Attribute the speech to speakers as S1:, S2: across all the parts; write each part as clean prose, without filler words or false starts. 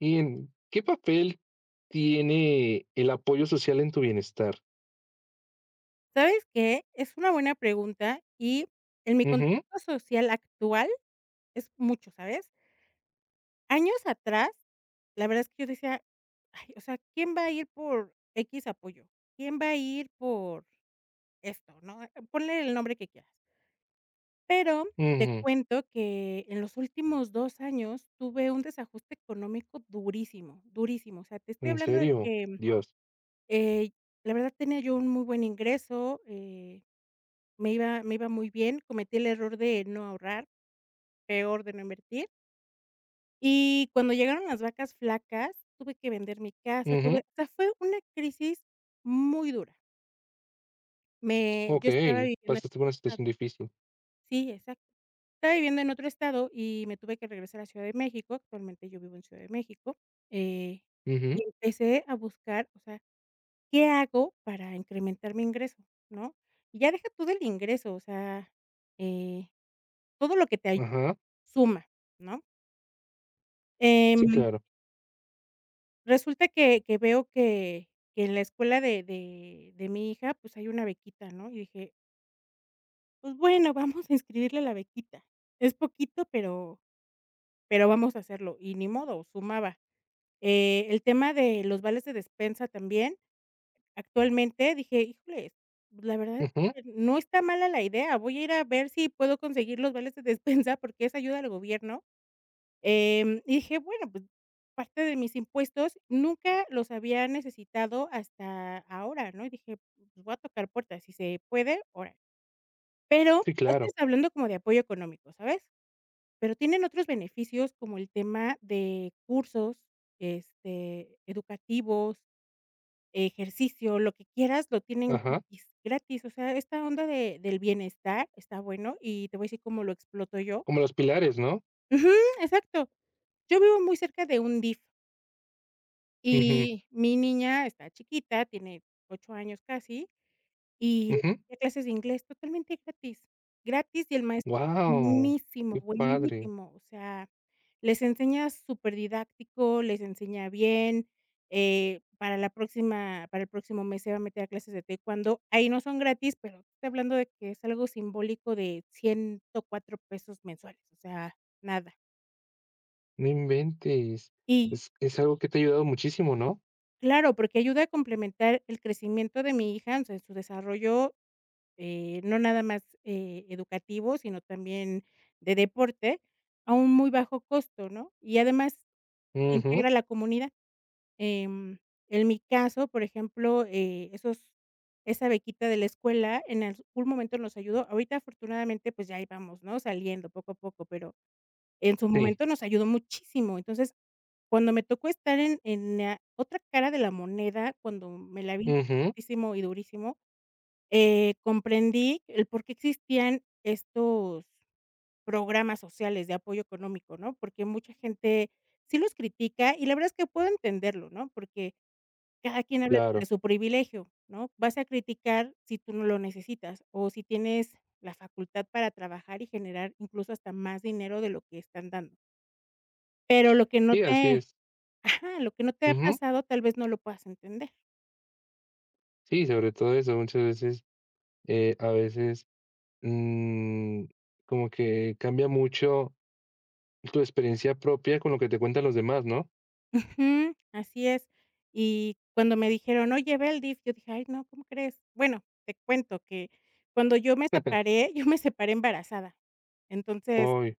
S1: Bien, ¿qué papel tiene el apoyo social en tu bienestar?
S2: ¿Sabes qué? Es una buena pregunta y en mi
S1: Ujú,
S2: contexto social actual es mucho, ¿sabes? Años atrás, la verdad es que yo decía: "Ay, o sea, ¿quién va a ir por X apoyo? ¿Quién va a ir por esto?", ¿no? Ponle el nombre que quieras. Pero te
S1: ujú,
S2: cuento que en los últimos 2 años tuve un desajuste económico durísimo, durísimo. O sea, te estoy
S1: ¿en
S2: hablando de
S1: serio?
S2: que,
S1: Dios.
S2: eh, la verdad tenía yo un muy buen ingreso, Me iba muy bien, cometí el error de no ahorrar, peor de no invertir, y cuando llegaron las vacas flacas, tuve que vender mi casa, tuve
S1: Ujú,
S2: o sea, fue una crisis muy dura. Me yo estaba
S1: okey,
S2: viviendo
S1: pasaste
S2: en
S1: por
S2: otro
S1: una situación
S2: estado.
S1: difícil.
S2: Sí, exacto. Estaba viviendo en otro estado y me tuve que regresar a Ciudad de México. Actualmente yo vivo en Ciudad de México, eh,
S1: Ujú,
S2: y empecé a buscar, o sea, ¿qué hago para incrementar mi ingreso?, ¿no? Y ya deja tú del ingreso, o sea, eh, todo lo que te ay
S1: ajá,
S2: suma, ¿no? Em,
S1: sí, claro.
S2: resulta que veo que en la escuela de mi hija, pues, hay una bequita, ¿no? Y dije: "Pues bueno, vamos a inscribirle la bequita. Es poquito, pero vamos a hacerlo", y ni modo, sumaba. El tema de los vales de despensa también, actualmente dije: "Híjoles, la verdad
S1: Ujú,
S2: es que no está mala la idea, voy a ir a ver si puedo conseguir los vales de despensa porque es ayuda al gobierno". Y dije: "Bueno, pues, parte de mis impuestos nunca los había necesitado hasta ahora", ¿no? Y dije: "Pues, voy a tocar puertas, si se puede, ahora". Pero
S1: sí,
S2: ya
S1: claro.
S2: estás hablando como de apoyo económico, ¿sabes? Pero tienen otros beneficios, como el tema de cursos, este, educativos, ejercicio, lo que quieras, lo tienen
S1: Ajá,
S2: gratis, gratis. O sea, esta onda de del bienestar está bueno, y te voy a decir cómo lo exploto yo.
S1: como los pilares, ¿no?
S2: Ujú, exacto. Yo vivo muy cerca de un DIF.
S1: Ujú,
S2: Y mi niña está chiquita, tiene 8 años casi, y
S1: ujú.
S2: tenía clases de inglés totalmente gratis, gratis, y el maestro
S1: Guau,
S2: buenísimo,
S1: qué padre,
S2: buenísimo, o sea, les enseña superdidáctico, les enseña bien, para la próxima para el próximo mes se va a meter a clases de taekwondo, ahí no son gratis, pero estoy hablando de que es algo simbólico de 104 pesos mensuales, o sea, nada.
S1: no inventes.
S2: Y
S1: Es algo que te ha ayudado muchísimo, ¿no?
S2: claro, porque ayuda a complementar el crecimiento de mi hija, o sea, en su desarrollo, no nada más, educativo, sino también de deporte, a un muy bajo costo, ¿no? Y además se
S1: Ujú,
S2: integra la comunidad. Em, en mi caso, por ejemplo, esos esa bequita de la escuela en algún momento nos ayudó. Ahorita, afortunadamente, pues ya íbamos, ¿no?, saliendo poco a poco, pero en su
S1: sí.
S2: momento nos ayudó muchísimo. Entonces cuando me tocó estar en la otra cara de la moneda, cuando me la vi
S1: Ujú,
S2: fuertísimo y durísimo, comprendí el por qué existían estos programas sociales de apoyo económico, ¿no? Porque mucha gente sí los critica y la verdad es que puedo entenderlo, ¿no? Porque cada quien habla desde
S1: claro.
S2: su privilegio, ¿no? Vas a criticar si tú no lo necesitas o si tienes la facultad para trabajar y generar incluso hasta más dinero de lo que están dando. Pero lo que no
S1: Sí, así
S2: te
S1: es.
S2: ajá, lo que no te ha
S1: Ujú,
S2: pasado tal vez no lo puedas entender.
S1: sí, sobre todo eso, muchas veces, a veces Mm, como que cambia mucho tu experiencia propia con lo que te cuentan los demás, ¿no?
S2: Ujú, así es. Y cuando me dijeron: "Oye, ve al DIF", yo dije: "Ay, no, ¿cómo crees?". Bueno, te cuento que cuando yo me separé, yo me separé embarazada. Entonces,
S1: Uy,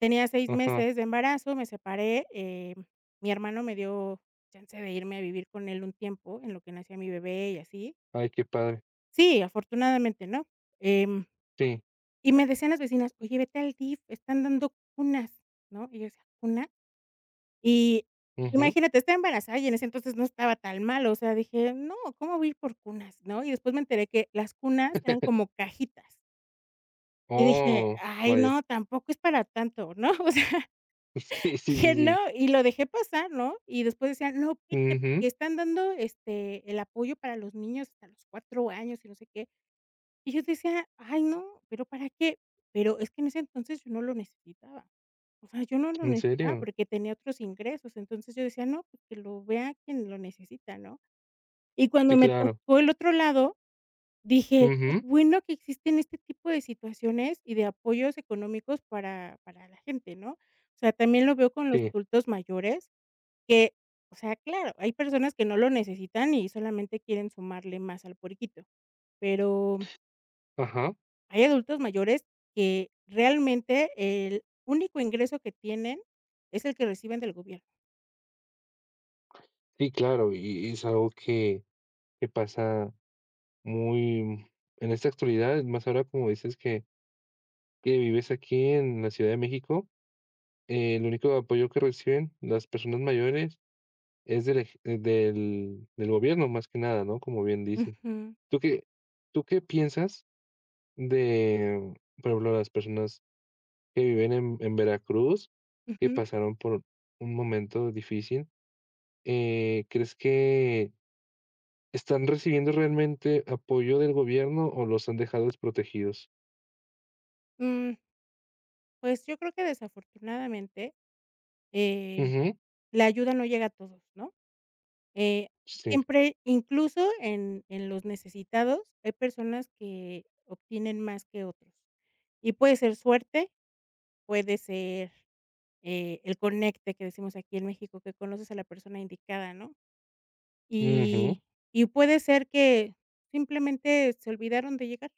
S2: tenía seis
S1: ajá,
S2: meses de embarazo, me separé, mi hermano me dio chance de irme a vivir con él un tiempo en lo que nacía mi bebé y así.
S1: ay, qué padre.
S2: Sí, afortunadamente, ¿no? Em,
S1: Sí,
S2: y me decían las vecinas: "Oye, vete al DIF, están dando cunas", ¿no? Y yo decía: "¿Cunas? Y
S1: ujú.
S2: imagínate, estaba embarazada y en ese entonces no estaba tan mal, o sea, dije: "No, ¿cómo voy a ir por cunas?", ¿no? Y después me enteré que las cunas eran como cajitas, y dije:
S1: Oh,
S2: "Ay,
S1: vaya.
S2: no, tampoco es para tanto", ¿no? O sea,
S1: Sí, sí, sí,
S2: dije:
S1: sí.
S2: "No", y lo dejé pasar, ¿no? Y después decían: "No, vete,
S1: Ujú,
S2: porque están dando, este, el apoyo para los niños hasta los 4 años y no sé qué". Y yo decía: "Ay, no, pero ¿para qué?". Pero es que en ese entonces yo no lo necesitaba. O sea, yo no lo
S1: ¿en
S2: necesitaba
S1: serio?
S2: porque tenía otros ingresos. Entonces yo decía: "No, pues que lo vea quien lo necesita", ¿no? Y cuando
S1: Sí,
S2: me
S1: claro.
S2: tocó el otro lado, dije: "Qué
S1: Ujú,
S2: bueno que existen este tipo de situaciones y de apoyos económicos para la gente", ¿no? O sea, también lo veo con los
S1: sí,
S2: adultos mayores que, o sea, claro, hay personas que no lo necesitan y solamente quieren sumarle más al puerquito, pero
S1: ajá.
S2: hay adultos mayores que realmente el único ingreso que tienen es el que reciben del gobierno.
S1: Sí, claro, y es algo que pasa muy en esta actualidad, más ahora como dices que vives aquí en la Ciudad de México, el único apoyo que reciben las personas mayores es del gobierno, más que nada, ¿no? Como bien dices.
S2: Ujú,
S1: ¿Tú qué piensas de, por ejemplo, las personas que viven en Veracruz, que
S2: ujú.
S1: pasaron por un momento difícil? ¿Crees que están recibiendo realmente apoyo del gobierno o los han dejado desprotegidos?
S2: Mm, pues yo creo que desafortunadamente, eh,
S1: Ujú,
S2: la ayuda no llega a todos, ¿no? Eh,
S1: sí.
S2: siempre, incluso en los necesitados, hay personas que obtienen más que otros. Y puede ser suerte, puede ser, el conecte que decimos aquí en México, que conoces a la persona indicada, ¿no?
S1: Ujú,
S2: Y y puede ser que simplemente se olvidaron de llegar.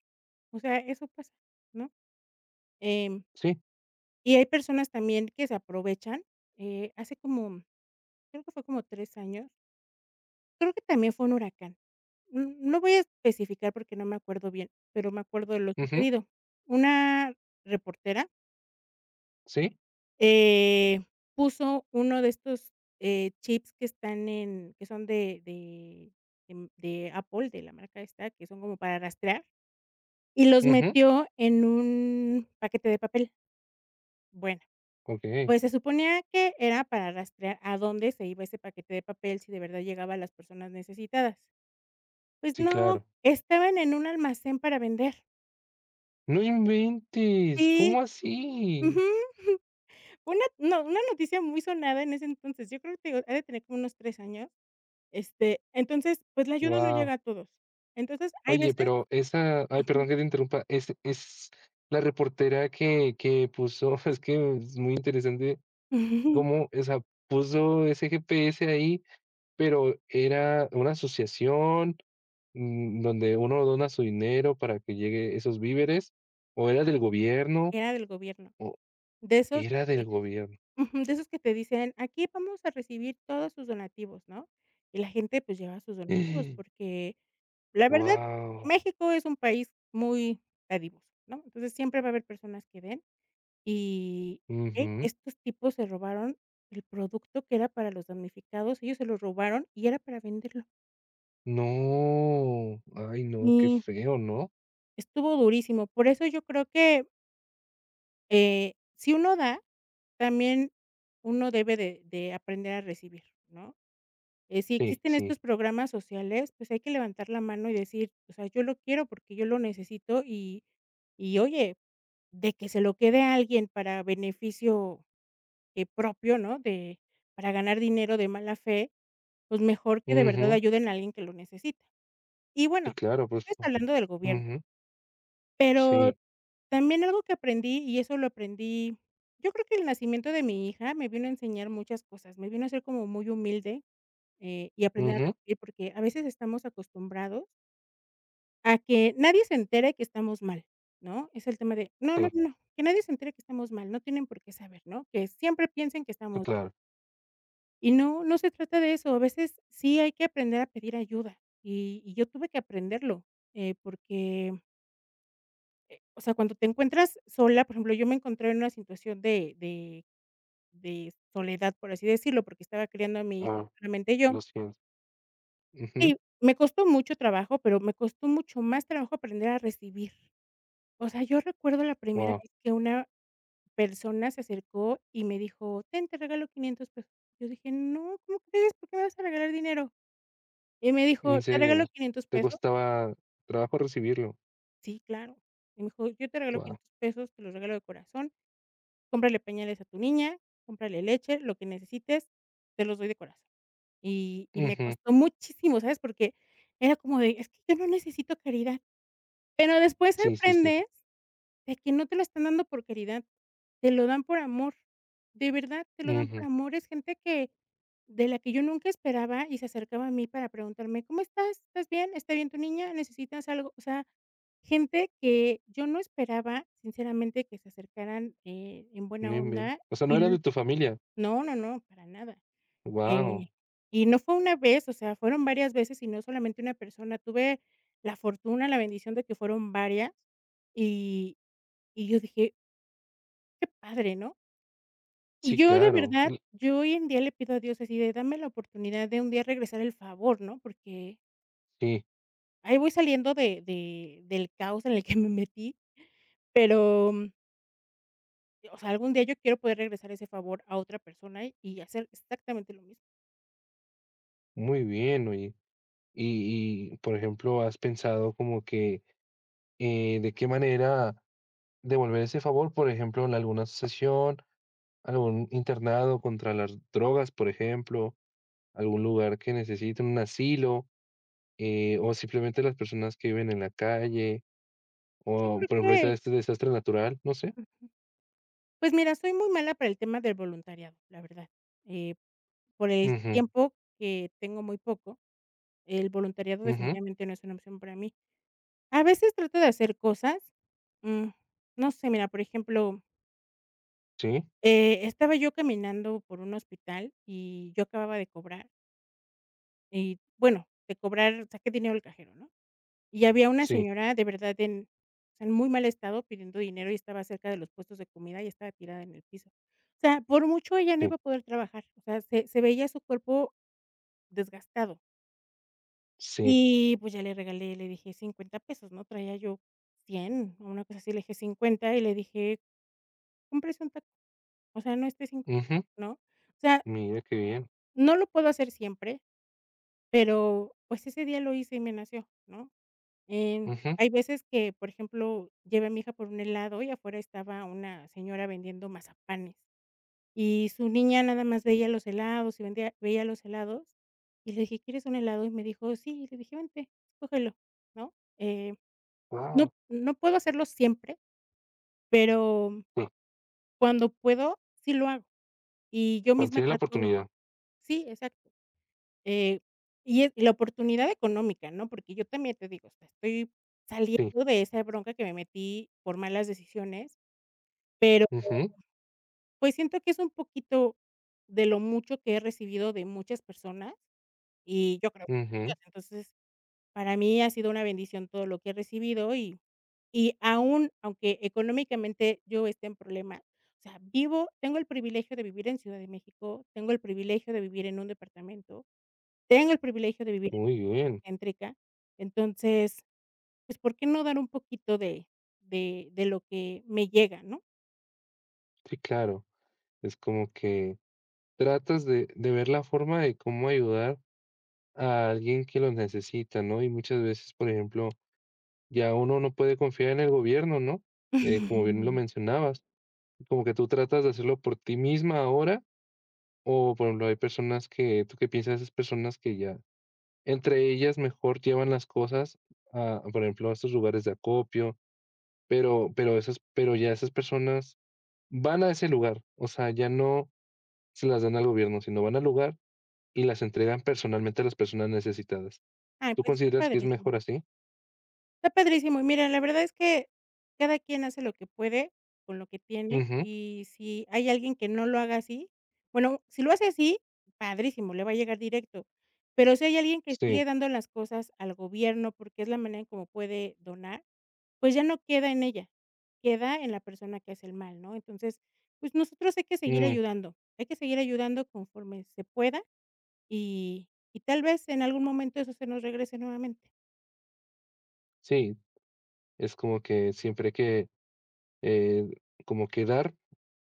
S2: O sea, eso pasa, ¿no? Em,
S1: sí.
S2: y hay personas también que se aprovechan, hace como, creo que fue como 3 años, creo que también fue un huracán. N no voy a especificar porque no me acuerdo bien, pero me acuerdo de lo
S1: Ujú,
S2: sucedido. Una reportera,
S1: sí.
S2: eh, puso uno de estos, chips que están en que son de Apple, de la marca esta, que son como para rastrear. Y los
S1: Ujú,
S2: metió en un paquete de papel. Bueno,
S1: okey.
S2: pues, se suponía que era para rastrear a dónde se iba ese paquete de papel, si de verdad llegaba a las personas necesitadas. Pues
S1: Sí,
S2: no,
S1: claro.
S2: estaban en un almacén para vender.
S1: ¡No inventes!
S2: Sí,
S1: ¿Cómo
S2: ujú.
S1: así?
S2: Una no, una noticia muy sonada en ese entonces. Yo creo que te digo, ha de tener como unos 3 años. Este, entonces, pues, la ayuda no
S1: Wow.
S2: llega a todos. Entonces, hay
S1: Oye,
S2: veces
S1: pero esa, ay, perdón que te interrumpa, es la reportera que, puso, es que es muy interesante
S2: ujú,
S1: cómo, o sea, puso ese GPS ahí, pero era una asociación mm, donde uno dona su dinero para que llegue esos víveres, o era del gobierno,
S2: era del gobierno,
S1: o
S2: de esos.
S1: era del gobierno.
S2: Ujú, de esos que te dicen: "Aquí vamos a recibir todos sus donativos", ¿no? Y la gente, pues, lleva sus donativos, porque la verdad,
S1: Wow.
S2: México es un país muy dadivoso, ¿no? Entonces, siempre va a haber personas que den y, estos tipos se robaron el producto que era para los damnificados, ellos se lo robaron y era para venderlo.
S1: No, ay, no, qué
S2: Y
S1: feo, ¿no?
S2: estuvo durísimo. Por eso yo creo que, si uno da, también uno debe de aprender a recibir, ¿no? Si
S1: Sí,
S2: existen
S1: sí.
S2: estos programas sociales, pues hay que levantar la mano y decir, o sea, yo lo quiero porque yo lo necesito y oye, de que se lo quede a alguien para beneficio, propio, ¿no? De para ganar dinero de mala fe, pues mejor que de verdad
S1: Ujú,
S2: ayuden a alguien que lo necesita. Y
S1: sí,
S2: bueno,
S1: claro, pues.
S2: estoy hablando del gobierno,
S1: Ujú,
S2: pero
S1: sí,
S2: también algo que aprendí, y eso lo aprendí, yo creo que el nacimiento de mi hija me vino a enseñar muchas cosas, me vino a ser como muy humilde. Y aprender a
S1: ujú,
S2: recibir, porque a veces estamos acostumbrados a que nadie se entere que estamos mal, ¿no? Es el tema de: "No, no,
S1: sí,
S2: no, no, que nadie se entere que estamos mal, no tienen por qué saber", ¿no? Que siempre piensen que
S1: sí,
S2: estamos bien.
S1: claro.
S2: Y no, no se trata de eso. A veces sí hay que aprender a pedir ayuda, y yo tuve que aprenderlo, porque, o sea, cuando te encuentras sola, por ejemplo, yo me encontré en una situación de de soledad, por así decirlo, porque estaba criando a mi hija
S1: Ah,
S2: solamente yo.
S1: lo siento. Ujú,
S2: Sí, me costó mucho trabajo, pero me costó mucho más trabajo aprender a recibir. O sea, yo recuerdo la primera
S1: guau,
S2: vez que una persona se acercó y me dijo: "Ten, te regalo 500 pesos". Yo dije: "No, ¿cómo crees? ¿Por qué me vas a regalar dinero?". Y me dijo:
S1: ¿en
S2: "¿Te regalo
S1: serio?,
S2: 500
S1: te
S2: pesos?".
S1: costaba trabajo recibirlo,
S2: "Sí, claro". Y me dijo: "Yo te regalo
S1: guau,
S2: 500 pesos, te los regalo de corazón, cómprale pañales a tu niña, cómprale leche, lo que necesites, te los doy de corazón". Y me
S1: ujú,
S2: costó muchísimo, ¿sabes? Porque era como de: "Es que yo no necesito caridad". Pero después
S1: sí, sí, sí,
S2: aprendes de que no te lo están dando por caridad, te lo dan por amor. De verdad, te lo dan por
S1: ujú,
S2: amor. Es gente que de la que yo nunca esperaba y se acercaba a mí para preguntarme: "¿Cómo estás? ¿Estás bien? ¿Está bien tu niña? ¿Necesitas algo?". O sea, gente que yo no esperaba, sinceramente, que se acercaran, en
S1: no
S2: buena
S1: inventes.
S2: onda
S1: O sea,
S2: y
S1: no eran
S2: l
S1: de tu familia,
S2: no, no, no, para nada. Eh,
S1: guau,
S2: y no fue una vez, o sea, fueron varias veces y no solamente una persona. Tuve la fortuna, la bendición de que fueron varias, y y yo dije: "Qué padre", ¿no? Y
S1: sí,
S2: yo de
S1: claro,
S2: verdad,
S1: l
S2: yo hoy en día le pido a Dios así de: "Dame la oportunidad de un día regresar el favor", ¿no? Porque
S1: sí,
S2: ahí voy saliendo de del caos en el que me metí, pero, o sea, algún día yo quiero poder regresar ese favor a otra persona y hacer exactamente lo mismo.
S1: muy bien, oye. Y, por ejemplo, ¿has pensado como que, de qué manera devolver ese favor? Por ejemplo, en alguna asociación, algún internado contra las drogas, por ejemplo, algún lugar que necesiten un asilo, o simplemente las personas que viven en la calle,
S2: Yo
S1: o,
S2: creo
S1: por ejemplo, ahorita
S2: que
S1: este desastre natural, no sé.
S2: Pues mira, soy muy mala para el tema del voluntariado, la verdad. Eh, por el
S1: Ujú,
S2: tiempo que tengo muy poco, el voluntariado
S1: ujú,
S2: definitivamente no es una opción para mí. A veces trato de hacer cosas, mm, no sé, mira, por ejemplo,
S1: sí,
S2: estaba yo caminando por un hospital y yo acababa de cobrar, y bueno, de cobrar saqué dinero del cajero, ¿no? Y había una
S1: sí,
S2: señora de verdad en muy mal estado pidiendo dinero y estaba cerca de los puestos de comida y estaba tirada en el piso. O sea, por mucho ella no
S1: sí,
S2: iba a poder trabajar, o sea, se veía su cuerpo desgastado.
S1: sí,
S2: Y, pues, ya le regalé, le dije: 50 pesos", ¿no? Traía yo 100 o una cosa así, le dije 50 y le dije: "Cómprese un taco, o sea, no esté sin comer",
S1: ujú,
S2: ¿no? O sea,
S1: mira qué bien,
S2: no lo puedo hacer siempre, pero, pues, ese día lo hice y me nació, ¿no? Em,
S1: ujú,
S2: Hay veces que, por ejemplo, llevé a mi hija por un helado y afuera estaba una señora vendiendo mazapanes, y su niña nada más veía los helados y vendía veía los helados, y le dije: "¿Quieres un helado?". Y me dijo: "Sí", y le dije: "Vente, cógelo", ¿no? No
S1: guau,
S2: no puedo hacerlo siempre, pero
S1: sí,
S2: cuando puedo, sí lo hago, y yo
S1: cuando
S2: misma
S1: tiene la
S2: trato.
S1: oportunidad,
S2: Sí, exacto. Eh, y es y la oportunidad económica, ¿no? Porque yo también te digo, o sea, estoy
S1: sí,
S2: saliendo de esa bronca que me metí por malas decisiones, pero,
S1: ujú,
S2: pues, siento que es un poquito de lo mucho que he recibido de muchas personas, y yo creo que de Dios.
S1: ujú,
S2: Entonces, para mí ha sido una bendición todo lo que he recibido y aún, aunque económicamente yo esté en problemas, o sea, vivo tengo el privilegio de vivir en Ciudad de México, tengo el privilegio de vivir en un departamento, tengo el privilegio de vivir
S1: muy bien,
S2: Céntrica. Entonces, pues, ¿por qué no dar un poquito de lo que me llega, no?
S1: sí, claro, es como que tratas de ver la forma de cómo ayudar a alguien que lo necesita, ¿no? Y muchas veces, por ejemplo, ya uno no puede confiar en el gobierno, ¿no? Como bien lo mencionabas, como que tú tratas de hacerlo por ti misma ahora, o por ejemplo, hay personas que, ¿tú qué piensas de esas personas que ya entre ellas mejor llevan las cosas a, por ejemplo, a estos lugares de acopio, pero ya esas personas van a ese lugar, o sea, ya no se las dan al gobierno, sino van al lugar y las entregan personalmente a las personas necesitadas.
S2: Ay,
S1: ¿Tú
S2: pues, está
S1: consideras que es
S2: padrísimo.
S1: mejor así?
S2: Está padrísimo. Y mira, la verdad es que cada quien hace lo que puede con lo que tiene,
S1: Ujú,
S2: y si hay alguien que no lo haga así, bueno, si lo hace así, padrísimo, le va a llegar directo. Pero si hay alguien que sigue
S1: sí,
S2: dando las cosas al gobierno, porque es la manera en cómo puede donar, pues ya no queda en ella, queda en la persona que hace el mal, ¿no? Entonces, pues nosotros hay que seguir
S1: mm,
S2: ayudando, hay que seguir ayudando conforme se pueda, y tal vez en algún momento eso se nos regrese nuevamente.
S1: sí, es como que siempre hay que, eh, como que dar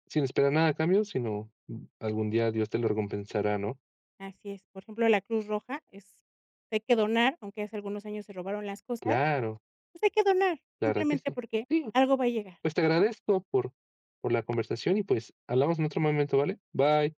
S1: sin esperar nada a cambio, sino mm, algún día Dios te lo recompensará, ¿no?
S2: Así es. Por ejemplo, la Cruz Roja es hay que donar, aunque hace algunos años se robaron las cosas,
S1: Claro,
S2: pues hay que donar,
S1: la verdad que
S2: simplemente
S1: sí.
S2: porque
S1: Sí,
S2: algo va a llegar.
S1: pues te agradezco por la conversación y, pues, hablamos en otro momento, ¿vale? Bye.